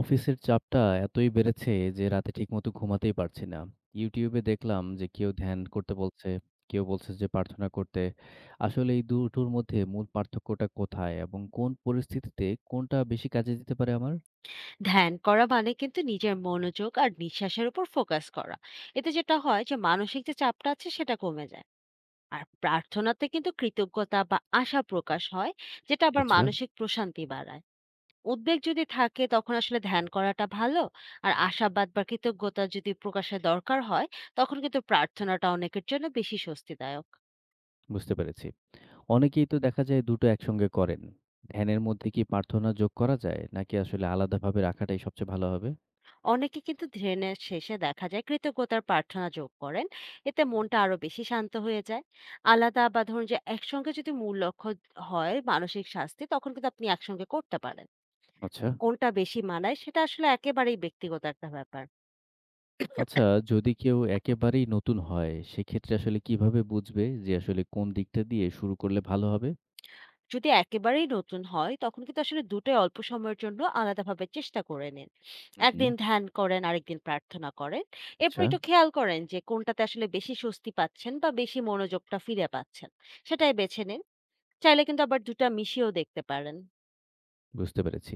অফিসের চাপটা এতই বেড়েছে যে রাতে ঠিকমতো ঘুমাতেই পারছি না। YouTube এ দেখলাম যে কেউ ধ্যান করতে বলছে, কেউ বলছে যে প্রার্থনা করতে। আসলে এই দুটোর মধ্যে মূল পার্থক্যটা কোথায় এবং কোন পরিস্থিতিতে কোনটা বেশি কাজে দিতে পারে আমার? ধ্যান করা মানে কিন্তু নিজের মনোযোগ আর নিঃশ্বাসের উপর ফোকাস করা। এতে যেটা হয়, যে মানসিক যে চাপটা আছে সেটা কমে যায়। আর প্রার্থনাতে কিন্তু কৃতজ্ঞতা বা আশা প্রকাশ হয়, যেটা আবার আচ্ছা, মানসিক প্রশান্তি বাড়ায়। উদ্বেগ যদি থাকে তখন আসলে ধ্যান করাটা ভালো। আর আশাবাদ বা কৃতজ্ঞতা যদি প্রকাশের দরকার হয়, তখন কিন্তু প্রার্থনাটা অনেকের জন্য বেশি স্বস্তিদায়ক। বুঝতে পেরেছি। অনেকেই তো দেখা যায় দুটো একসঙ্গে করেন। ধ্যানের মধ্যে কি প্রার্থনা যোগ করা যায় নাকি আসলে আলাদাভাবে রাখাটাই সবচেয়ে ভালো হবে? অনেকে কিন্তু ধ্যানের শেষে দেখা যায় কৃতজ্ঞতার প্রার্থনা যোগ করেন, এতে মনটা আরো বেশি শান্ত হয়ে যায়। আলাদা বা ধরুন যে একসঙ্গে, যদি মূল লক্ষ্য হয় মানসিক স্বাস্থ্য, তখন কিন্তু আপনি একসঙ্গে করতে পারেন। আচ্ছা। কোনটা বেশি মানায় সেটা আসলে একেবারেই ব্যক্তিগত একটা ব্যাপার। আচ্ছা, যদি কেউ একেবারেই নতুন হয়, সেক্ষেত্রে আসলে কিভাবে বুঝবে যে আসলে কোন দিকটা দিয়ে শুরু করলে ভালো হবে? যদি একেবারেই নতুন হয় তখন কিন্তু আসলে দুটোই অল্প সময়ের জন্য আলাদাভাবে চেষ্টা করে নিন। হুম। একদিন ধ্যান করেন, আরেকদিন প্রার্থনা করেন। এরপর আচ্ছা, একটু খেয়াল করেন যে কোনটাতে আসলে বেশি স্বস্তি পাচ্ছেন বা বেশি মনোযোগটা ফিরে পাচ্ছেন, সেটাই বেছে নিন। চাইলে কিন্তু আবার ২ টা মিশিয়েও দেখতে পারেন। বুঝতে পেরেছি।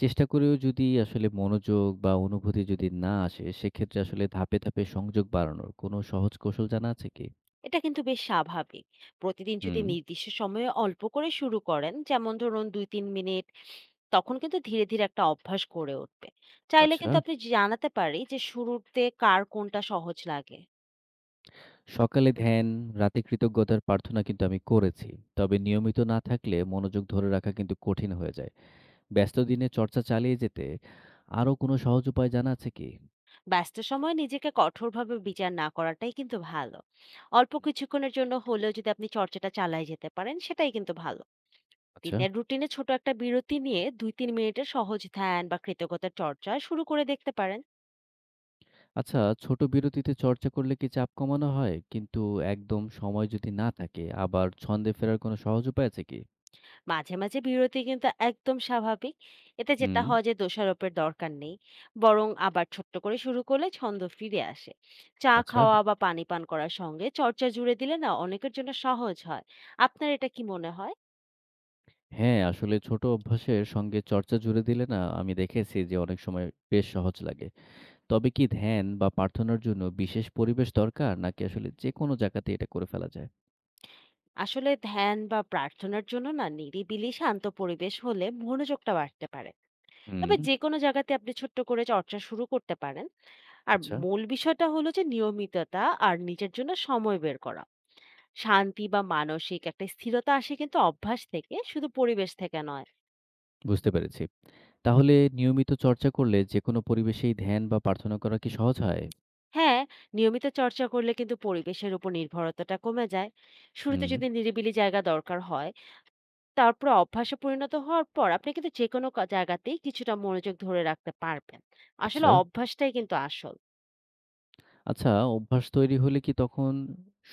চেষ্টা করেও যদি আসলে মনোযোগ বা অনুভূতি যদি না আসে, সেক্ষেত্রে আসলে ধাপে, ধাপে সংযোগ বাড়ানোর কোনো সহজ কৌশল জানা আছে কি? এটা কিন্তু বেশ স্বাভাবিক। প্রতিদিন যদি হুম, নির্দিষ্ট সময়ে অল্প করে শুরু করেন, যেমন ধরুন ২-৩ মিনিট, তখন কিন্তু ধীরে, ধীরে একটা অভ্যাস গড়ে উঠবে। আচ্ছা। চাইলে আচ্ছা, কিন্তু আপনি জানাতে পারি যে শুরুতে কার কোনটা সহজ লাগে। সকালে ধ্যান, রাতে কৃতজ্ঞতার প্রার্থনা কিন্তু আমি করেছি। তবে নিয়মিত না থাকলে মনোযোগ ধরে রাখা কিন্তু কঠিন হয়ে যায়। ব্যস্ত দিনে চর্চা চালিয়ে যেতে আরো কোনো সহজ উপায় জানা আছে কি? ব্যস্ত সময়ে নিজেকে কঠোরভাবে বিচার না করাটাই কিন্তু ভালো। অল্প কিছুক্ষণের জন্য হলেও যদি আপনি চর্চাটা চালায় যেতে পারেন, সেটাই কিন্তু ভালো। আচ্ছা। দিনের রুটিনে ছোট একটা বিরতি নিয়ে ২-৩ মিনিটের সহজ ধ্যান বা কৃতজ্ঞতার চর্চা শুরু করে দেখতে পারেন। আচ্ছা, ছোট বিরতিতে চর্চা করলে কি চাপ কমানো হয়? কিন্তু একদম সময় যদি না থাকে, আবার ছন্দে ফেরার কোনো সহজ উপায় আছে কি? মাঝে মাঝে বিরতি কিন্তু একদম স্বাভাবিক, এতে যেটা হুম, হয় যে দোষারোপের দরকার নেই। বরং আবার ছোট্ট করে শুরু করলে ছন্দ ফিরে আসে। চা আচ্ছা। খাওয়া বা পানি পান করার সঙ্গে চর্চা জুড়ে দিলে না অনেকের জন্য সহজ হয়। আপনার এটা কি মনে হয়? হ্যাঁ, আসলে ছোট অভ্যাসের সঙ্গে চর্চা জুড়ে দিলে না আমি দেখেছি যে অনেক সময় বেশ সহজ লাগে। তবে কি ধ্যান বা প্রার্থনার জন্য বিশেষ পরিবেশ দরকার নাকি আসলে যেকোনো জায়গাতেই এটা করে ফেলা যায়? আসলে ধ্যান বা প্রার্থনার জন্য না নিরিবিলি শান্ত পরিবেশ হলে মনোযোগটা বাড়তে পারে। হুম, তবে যে কোনো জায়গাতে আপনি ছোট্ট করে চর্চা শুরু করতে পারেন। আর আচ্ছা। মূল বিষয়টা হলো যে নিয়মিততা আর নিজের জন্য সময় বের করা। শান্তি বা মানসিক একটা স্থিরতা আসে কিন্তু অভ্যাস থেকে, শুধু পরিবেশ থেকে নয়। বুঝতে পেরেছি। তাহলে নিয়মিত চর্চা করলে যেকোনো পরিবেশেই ধ্যান বা প্রার্থনা করা কি সহজ হয়? হ্যাঁ, নিয়মিত চর্চা করলে কিন্তু পরিবেশের উপর নির্ভরতাটা কমে যায়। শুরুতে হুম, যদি নিরিবিলি জায়গা দরকার হয়, তারপর অভ্যাসে পরিণত হওয়ার পর আপনি কিন্তু যে কোনো জায়গাতেই কিছুটা মনোযোগ ধরে রাখতে পারবেন। আসলে আচ্ছা। অভ্যাসটাই কিন্তু আসল। আচ্ছা, অভ্যাস তৈরি হলে কি তখন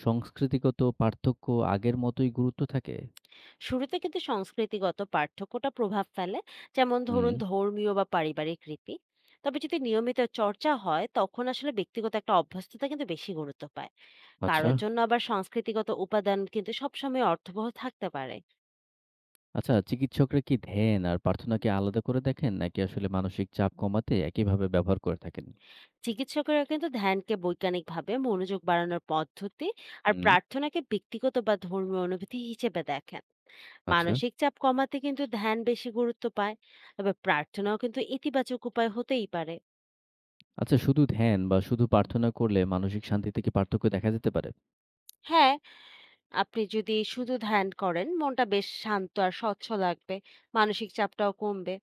সংস্কৃতিগত পার্থক্য আগের মতোই গুরুত্ব থাকে? শুরুতে কিন্তু সংস্কৃতিগত পার্থক্যটা প্রভাব ফেলে, যেমন হুম, ধরুন ধর্মীয় বা পারিবারিক রীতি। তবে যদি নিয়মিত চর্চা হয় তখন আসলে ব্যক্তিগত একটা অভ্যস্ততা কিন্তু বেশি গুরুত্ব পায়। আচ্ছা। কারোর জন্য আবার সংস্কৃতিগত উপাদান কিন্তু সবসময় অর্থবহ থাকতে পারে। আচ্ছা, চিকিৎসকরা কি ধ্যান আর প্রার্থনাকে আলাদা করে দেখেন? নাকি আসলে মানসিক চাপ কমাতে একইভাবে ব্যবহার করে থাকেন? চিকিৎসকেরা কিন্তু ধ্যানকে বৈজ্ঞানিকভাবে মনোযোগ বাড়ানোর পদ্ধতি, আর হুম, প্রার্থনাকে ব্যক্তিগত বা ধর্মীয় অনুভূতি হিসেবে দেখেন। আচ্ছা। মানসিক চাপ কমাতে কিন্তু ধ্যান বেশি গুরুত্ব পায়, তবে প্রার্থনাও কিন্তু ইতিবাচক উপায় হতেই পারে। আচ্ছা, শুধু ধ্যান বা শুধু প্রার্থনা করলে মানসিক শান্তিতে কি পার্থক্য দেখা যেতে পারে? হ্যাঁ, আপনি যদি শুধু ধ্যান করেন, মনটা বেশ শান্ত আর স্বচ্ছ লাগবে, মানসিক চাপটাও কমবে।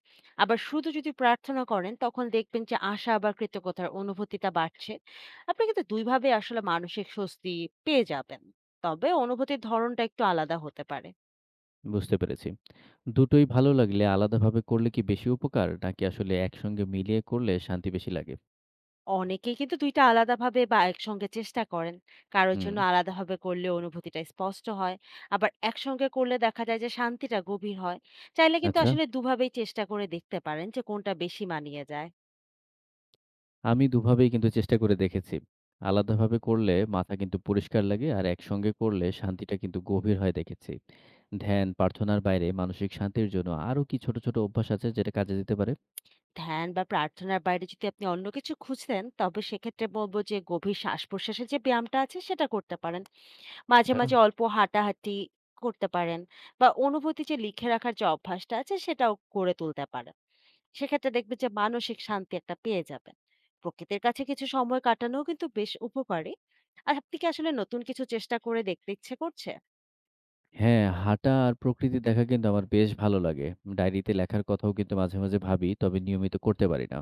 আবার শুধু যদি প্রার্থনা করেন, তখন দেখবেন যে আশা আবার কৃতজ্ঞতার অনুভূতিটা বাড়ছে। আপনি কিন্তু দুইভাবে আসলে মানসিক স্বস্তি পেয়ে যাবেন। তবে অনুভূতির ধরনটা একটু আলাদা হতে পারে। বুঝতে পেরেছি। দুটোই ভালো লাগলে আলাদাভাবে করলে কি বেশি উপকার? নাকি আসলে একসঙ্গে মিলিয়ে করলে শান্তি বেশি লাগে? অনেকেই কিন্তু ২ টা আলাদাভাবে বা একসঙ্গে চেষ্টা করেন। কারো হুম, জন্য আলাদাভাবে করলে অনুভূতিটা স্পষ্ট হয়। আবার একসঙ্গে করলে দেখা যায় যে শান্তিটা গভীর হয়। চাইলে কিন্তু আচ্ছা। আসলে দুভাবেই চেষ্টা করে দেখতে পারেন যে কোনটা বেশি মানিয়ে যায়। আমি দুভাবেই কিন্তু চেষ্টা করে দেখেছি। আলাদাভাবে করলে মাথা কিন্তু পরিষ্কার লাগে আর একসঙ্গে করলে শান্তিটা কিন্তু গভীর হয় দেখেছি। ধ্যান, প্রার্থনার বাইরে মানসিক শান্তির জন্য আরো কি ছোট, ছোট অভ্যাস আছে যেটা কাজে দিতে পারে? ধ্যান বা প্রার্থনার বাইরে যদি আপনি অন্য কিছু খুঁজতেন, তবে সেক্ষেত্রে বলব যে গভীর শ্বাস-প্রশ্বাসের যে ব্যায়ামটা আছে সেটা করতে পারেন। মাঝে, আচ্ছা। মাঝে অল্প হাঁটাহাঁটি করতে পারেন, বা অনুভূতি যে লিখে রাখার যে অভ্যাসটা আছে সেটাও গড়ে তুলতে পারেন। সেক্ষেত্রে দেখবেন যে মানসিক শান্তি একটা পেয়ে যাবেন। প্রকৃতির কাছে কিছু সময় কাটানোও কিন্তু বেশ উপকারী। আর আপনি কি আসলে নতুন কিছু চেষ্টা করে দেখতে ইচ্ছে করছে? হ্যাঁ, হাঁটা আর প্রকৃতি দেখা কিন্তু আমার বেশ ভালো লাগে। ডায়েরিতে লেখার কথাও কিন্তু মাঝে, মাঝে ভাবি, তবে নিয়মিত করতে পারি না।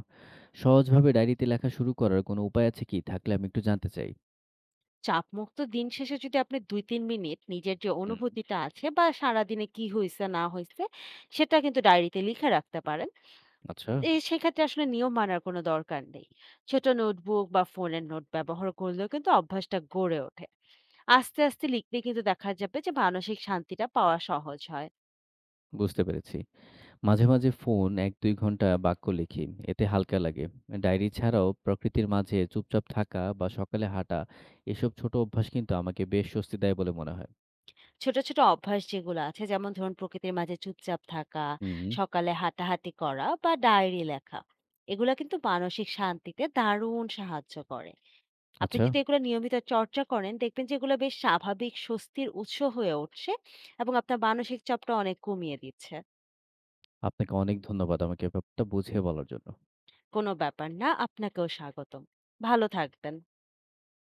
সহজভাবে ডায়েরিতে লেখা শুরু করার কোনো উপায় আছে কি? থাকলে আমি একটু জানতে চাই। চাপমুক্ত দিন শেষে যদি আপনি ২-৩ মিনিট নিজের যে হুম, অনুভূতিটা আছে বা সারাদিনে কি হইছে না হইছে, সেটা কিন্তু ডায়েরিতে লিখে রাখতে পারেন। আচ্ছা। এই সেক্ষেত্রে আসলে নিয়ম মানার কোনো দরকার নেই। ছোট নোটবুক বা ফোনের নোট ব্যবহার করলেও কিন্তু অভ্যাসটা গড়ে ওঠে। আস্তে, আস্তে লিখলে কিন্তু দেখা যাবে যে মানসিক শান্তিটা পাওয়া সহজ হয়। বুঝতে পেরেছি। মাঝে, মাঝে ফোন ১-২ ঘন্টা বাক্য লিখি। এতে হালকা লাগে। ডায়েরি ছাড়াও প্রকৃতির মাঝে চুপচাপ থাকা বা সকালে হাঁটা এসব ছোট অভ্যাস কিন্তু আমাকে বেশ স্বস্তি দেয় বলে মনে হয়। ছোট, ছোট অভ্যাস যেগুলো আছে, যেমন ধরুন প্রকৃতির মাঝে চুপচাপ থাকা, হুম, সকালে হাঁটাহাঁটি করা বা ডায়েরি লেখা। এগুলা কিন্তু মানসিক শান্তিতে দারুণ সাহায্য করে। আপনি আচ্ছা। যদি এগুলো নিয়মিত চর্চা করেন, দেখবেন যে এগুলো বেশ স্বাভাবিক স্বস্তির উৎস হয়ে উঠছে এবং আপনার মানসিক চাপটা অনেক কমিয়ে দিচ্ছে। আপনাকে অনেক ধন্যবাদ আমাকে ব্যাপারটা বুঝিয়ে বলার জন্য। কোনো ব্যাপার না, আপনাকেও স্বাগতম। ভালো থাকবেন।